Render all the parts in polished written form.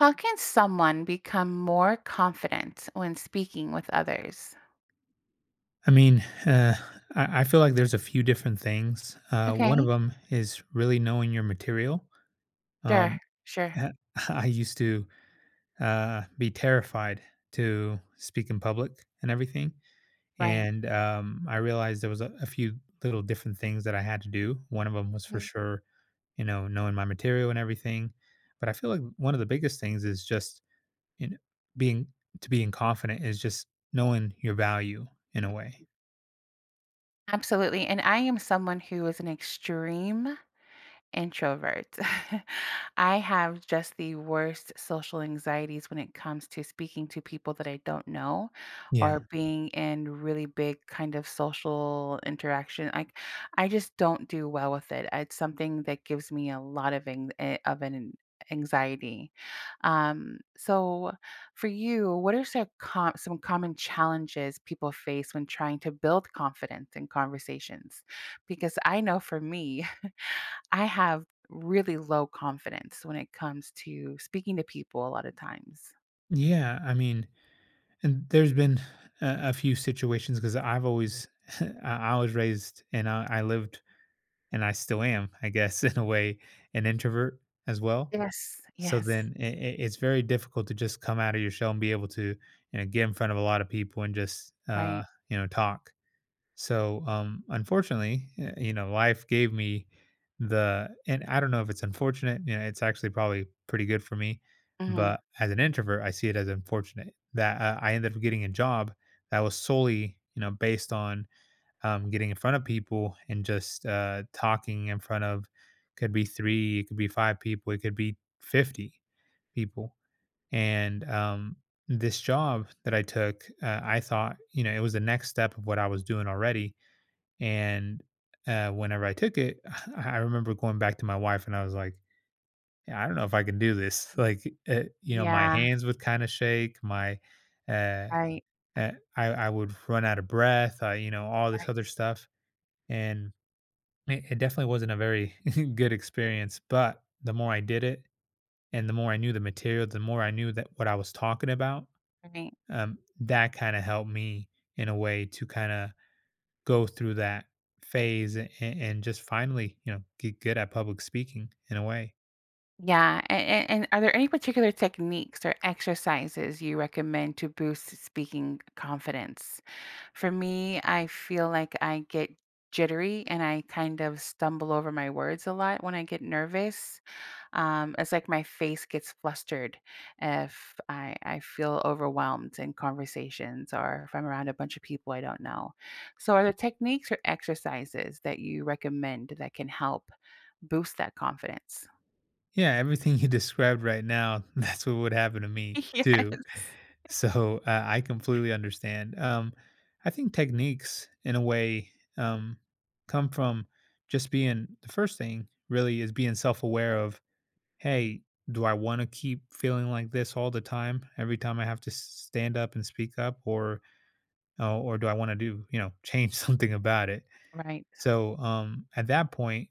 How can someone become more confident when speaking with others? I mean, uh, I feel like there's a few different things. One of Okay. them is really knowing your material. Sure. Um, Sure. uh, I used to be terrified to speak in public and everything. Right. And I realized there was a few little different things that I had to do. One of them was for Mhm, sure, knowing my material and everything. But I feel like one of the biggest things is just you know, being being confident is just knowing your value in a way. mhm. Absolutely. And I am someone who is an extreme introvert. I have just the worst social anxieties when it comes to speaking to people that I don't know Yeah. or being in really big kind of social interaction. I just don't do well with it. It's something that gives me a lot of of an anxiety. So for you, what are some, some common challenges people face when trying to build confidence in conversations? Because I know for me, I have really low confidence when it comes to speaking to people a lot of times. Yeah, I mean, and there's been a few situations because I've always, I was raised and I lived and I still am, I guess, in a way, an introvert as well. Yes, So yes, then it's very difficult to just come out of your shell and be able to, get in front of a lot of people and just, right. Talk. So, unfortunately, life gave me and I don't know if it's unfortunate, it's actually probably pretty good for me. Mhm. But as an introvert, I see it as unfortunate that I ended up getting a job that was solely, based on getting in front of people and just talking in front of could be three, it could be five people, it could be 50 people. And this job that I took, I thought, it was the next step of what I was doing already and whenever I took it, I remember going back to my wife and I was like, "Yeah, I don't know if I can do this. Like, my Yeah, hands would kind of shake. Uh, right, I would run out of breath. All this right, other stuff, and it definitely wasn't a very good experience. But the more I did it, and the more I knew the material, the more I knew that what I was talking about, right. That kind of helped me in a way to kind of go through that phase and just finally, get good at public speaking in a way." Yeah, a and are there any particular techniques or exercises you recommend to boost speaking confidence? For me, I feel like I get jittery and I kind of stumble over my words a lot when I get nervous. It's like my face gets flustered if I feel overwhelmed in conversations or if I'm around a bunch of people I don't know. So, are there techniques or exercises that you recommend that can help boost that confidence? Yeah, everything you described right now, that's what would happen to me too. Yes. So I completely understand. I think techniques in a way um, come from just being the first thing really is being self aware of, hey, do I want to keep feeling like this all the time, every time I have to stand up and speak up? Or or do I want to, do, change something about it? Right. So at that point,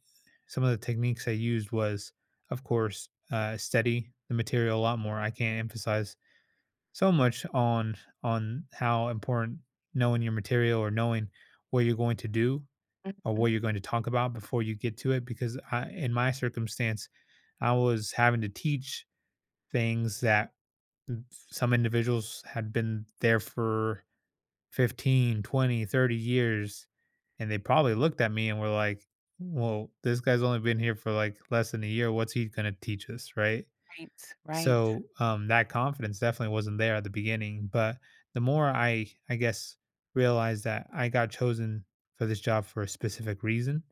some of the techniques I used was, of course, study the material a lot more. I can't emphasize so much on how important knowing your material, or knowing what you're going to do or Mhm. what you're going to talk about before you get to it. Because I, in my circumstance, I was having to teach things that some individuals had been there for 15, 20, 30 years. And they probably looked at me and were like, well, this guy's only been here for like less than a year. What's he going to teach us? Right. Right, right. So that confidence definitely wasn't there at the beginning. But the more I guess, realized that I got chosen for this job for a specific reason,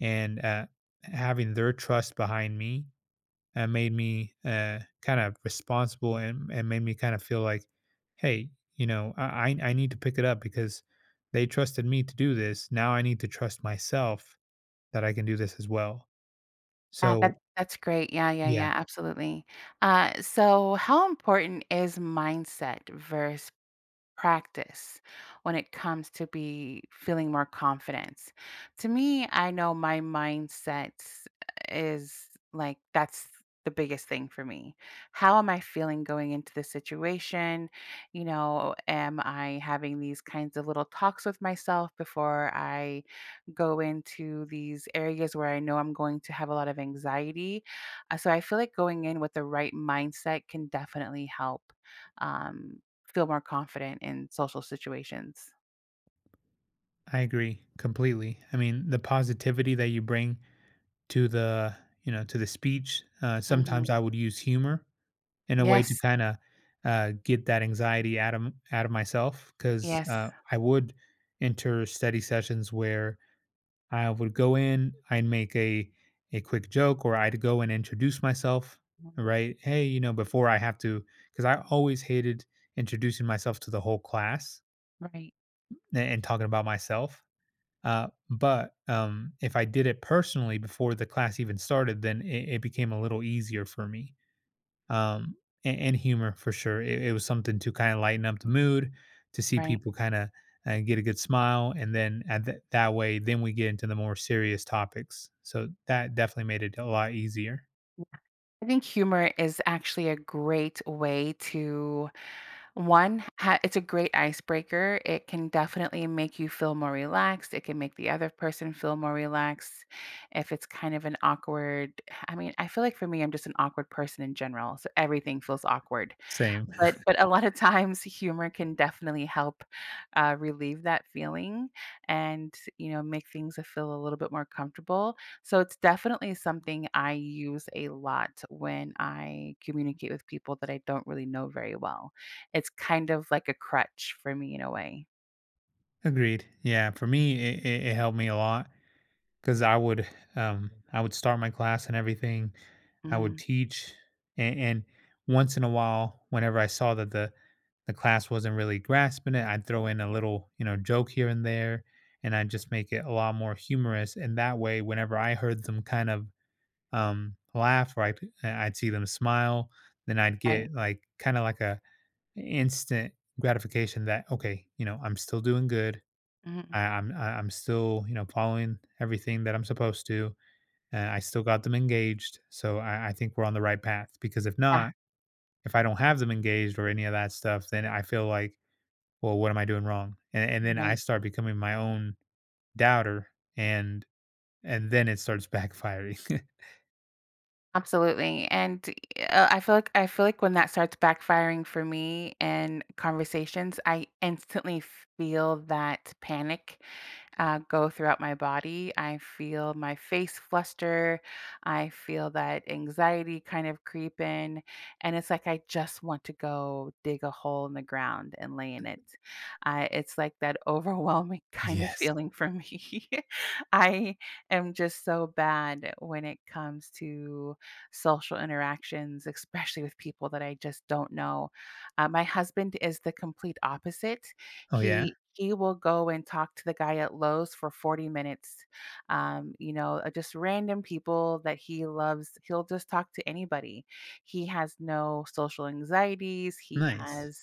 and having their trust behind me and made me kind of responsible, and made me kind of feel like, hey, I need to pick it up because they trusted me to do this. Now I need to trust myself that I can do this as well. Yeah, that So, that's great. Yeah, yeah, yeah, yeah, absolutely. So how important is mindset versus practice when it comes to be feeling more confidence. To me, I know my mindset is like that's the biggest thing for me. How am I feeling going into the situation? You know, am I having these kinds of little talks with myself before I go into these areas where I know I'm going to have a lot of anxiety? So I feel like going in with the right mindset can definitely help. Um, Feel more confident in social situations. I agree completely. I mean, the positivity that you bring to the, to the speech, Mhm. sometimes I would use humor in a way Yes, to kind of get that anxiety out of myself, because yes. I would enter study sessions where I would go in, I'd make a quick joke, or I'd go and introduce myself, Mhm. right? Hey, before I have to, because I always hated introducing myself to the whole class Right, and talking about myself. But if I did it personally before the class even started, then it became a little easier for me. um, and humor, for sure. It was something to kind of lighten up the mood, to see right. people kind of get a good smile, and then at that way, then we get into the more serious topics. So that definitely made it a lot easier. I think humor is actually a great way to it's a great icebreaker. It can definitely make you feel more relaxed. It can make the other person feel more relaxed. If it's kind of an awkward, I mean, I feel like for me, I'm just an awkward person in general. So everything feels awkward. Same, But a lot of times, humor can definitely help relieve that feeling and make things feel a little bit more comfortable. So it's definitely something I use a lot when I communicate with people that I don't really know very well, it's kind of like a crutch for me in a way. agreed. Yeah, for me, it helped me a lot, 'cause I would, start my class and everything. I would Mhm. teach, and once in a while, whenever I saw that the class wasn't really grasping it, I'd throw in a little, joke here and there, and I'd just make it a lot more humorous, and that way, whenever I heard them kind of, laugh, or I'd see them smile, then I'd Right. get like, kinda like a instant gratification that, "Okay, I'm still doing good. Mhm. I'm still, following everything that I'm supposed to." And I still got them engaged. So I think we're on the right path, because if Yeah. not, if I don't have them engaged or any of that stuff, then I feel like, well, what am I doing wrong? And then I Right. start becoming my own doubter, and and then it starts backfiring. Absolutely, and, I feel like when that starts backfiring for me in conversations, I instantly feel that panic, go throughout my body. I feel my face fluster, I feel that anxiety kind of creep in, and it's like I just want to go dig a hole in the ground and lay in it. I It's like that overwhelming kind of Yes. feeling for me. I am just so bad when it comes to social interactions, especially with people that I just don't know. My husband is the complete opposite. Oh yeah, He will go and talk to the guy at Lowe's for 40 minutes. Just random people that he loves. He'll just talk to anybody. He has no social anxieties. He nice. has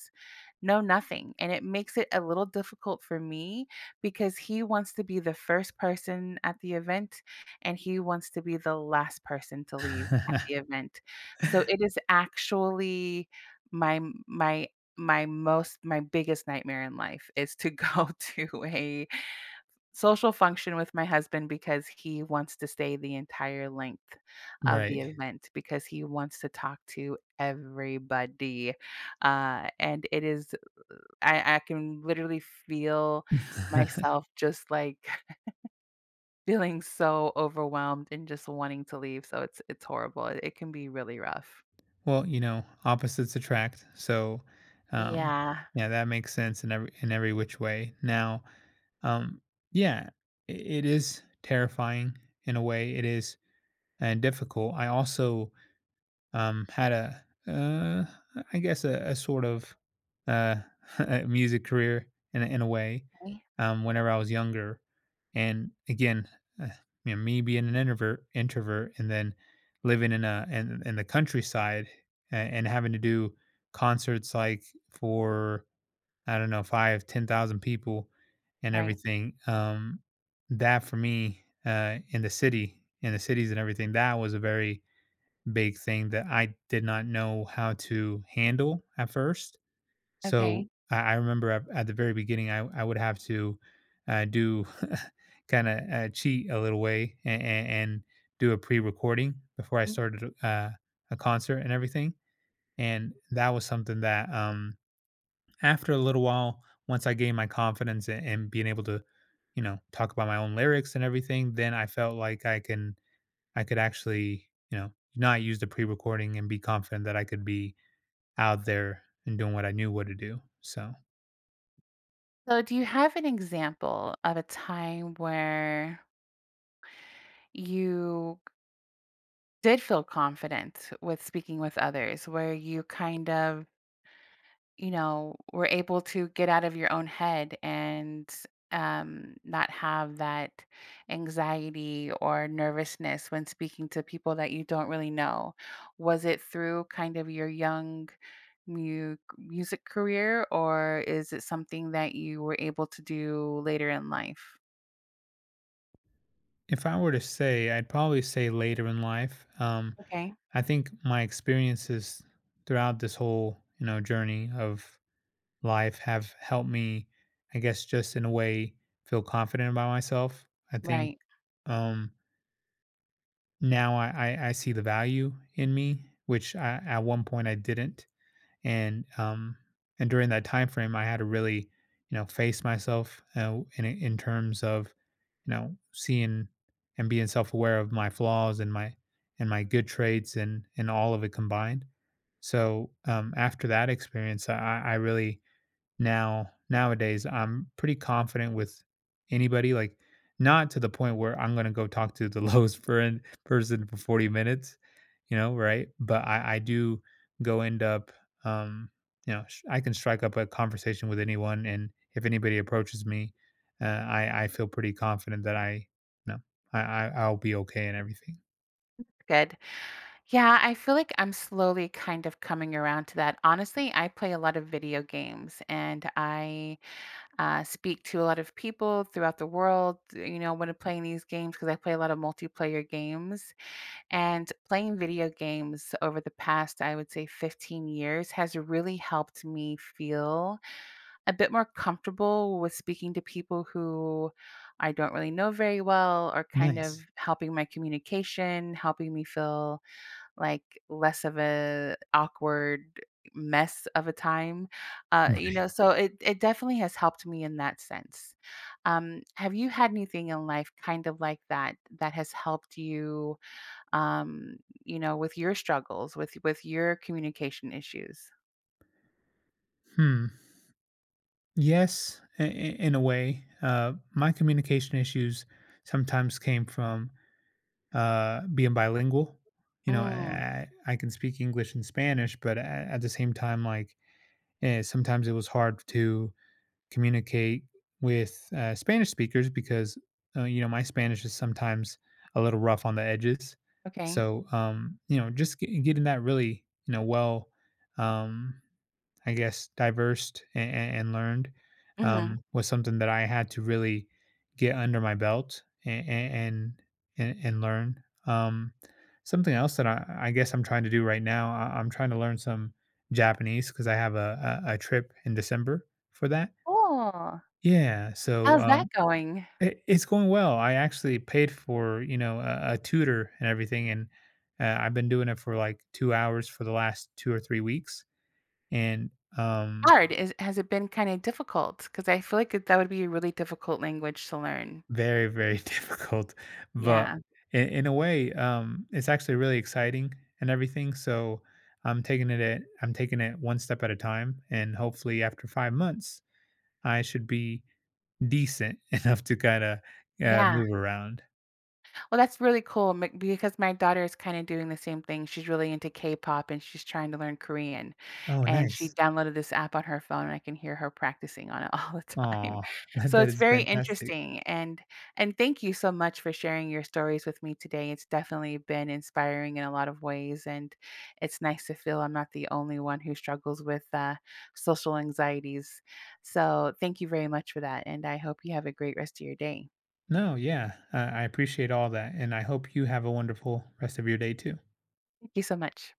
no nothing. And it makes it a little difficult for me because he wants to be the first person at the event and he wants to be the last person to leave at the event. So it is actually my my my biggest nightmare in life is to go to a social function with my husband because he wants to stay the entire length of the Right. event because he wants to talk to everybody, and it is I can literally feel myself just, like, feeling so overwhelmed and just wanting to leave, so it's horrible. It can be really rough. Well, opposites attract. So, um, Yeah. yeah, that makes sense in every which way. Now, Um, yeah, I it is terrifying in a way. It is, and difficult. I also had a, I guess, a sort of uh, a music career in a way, Right, whenever I was younger. And again, uh, me being an introvert, and then living in the countryside, and having to do concerts like for, I don't know, 5, 10,000 people and right, everything. That for me, in the city, in the cities and everything, that was a very big thing that I did not know how to handle at first. So okay. I remember at the very beginning, I would have to do kind of cheat a little way, and, do a pre recording before I Mhm. started a concert and everything. And that was something that, after a little while, once I gained my confidence, and being able to, talk about my own lyrics and everything, then I felt like I could actually, not use the pre-recording and be confident that I could be out there and doing what I knew what to do. So So do you have an example of a time where you did feel confident with speaking with others, where you kind of you know, were able to get out of your own head and not have that anxiety or nervousness when speaking to people that you don't really know? Was it through kind of your young music career, or is it something that you were able to do later in life? if I were to say, I'd probably say later in life. Okay, I think my experiences throughout this whole, journey of life have helped me, I guess, just in a way, feel confident about myself. I think right. um, Now I see the value in me, which I, at one point, I didn't, and um and during that time frame I had to really face myself, in terms of, seeing and being self aware of my flaws and my good traits, and all of it combined. So after that experience, I really now nowadays, I'm pretty confident with anybody. Like, not to the point where I'm gonna go talk to the lowest person for 40 minutes, right? But I do go end up, um, you know, sh I can strike up a conversation with anyone, and if anybody approaches me, I feel pretty confident that I, you know, I I'll be okay and everything. Good. Yeah, I feel like I'm slowly kind of coming around to that. Honestly, I play a lot of video games and I speak to a lot of people throughout the world, you know, when I'm playing these games, because I play a lot of multiplayer games. And playing video games over the past, I would say, 15 years has really helped me feel a bit more comfortable with speaking to people who I don't really know very well, or kind of Nice. helping my communication, helping me feel like less of a awkward mess of a time. You know, so it definitely has helped me in that sense. Have you had anything in life kind of like that that has helped you um, you know, with your struggles, with your communication issues? Mhm. Yes, I in a way. My communication issues sometimes came from being bilingual. Mm, I can speak English and Spanish, but at the same time, like sometimes it was hard to communicate with Spanish speakers, because my Spanish is sometimes a little rough on the edges. okay. So just getting that really, well. Um, I guess, diverse and learned, Hmm. Was something that I had to really get under my belt and, learn. Something else that I guess I'm trying to do right now, I'm trying to learn some Japanese, because I have a trip in December for that. Cool. Yeah, so How's that going? it's going well. I actually paid for, a tutor and everything, and I've been doing it for like 2 hours for the last 2 or 3 weeks, and um, Hard. Is has it been kind of difficult? Because I feel like it, that would be a really difficult language to learn. very, very difficult, but Yeah. in a way, it's actually really exciting and everything, so I'm taking it one step at a time, and hopefully after 5 months, I should be decent enough to kinda, Yeah. move around. Well, that's really cool because my daughter is kind of doing the same thing. She's really into K-pop and she's trying to learn Korean. Oh, And she Mhm. nice. downloaded this app on her phone and I can hear her practicing on it all the time. Oh, that So that it's is very fantastic. interesting and thank you so much for sharing your stories with me today. It's definitely been inspiring in a lot of ways and it's nice to feel I'm not the only one who struggles with social anxieties. So thank you very much for that and I hope you have a great rest of your day. No, yeah, I appreciate all that, and I hope you have a wonderful rest of your day too. Thank you so much.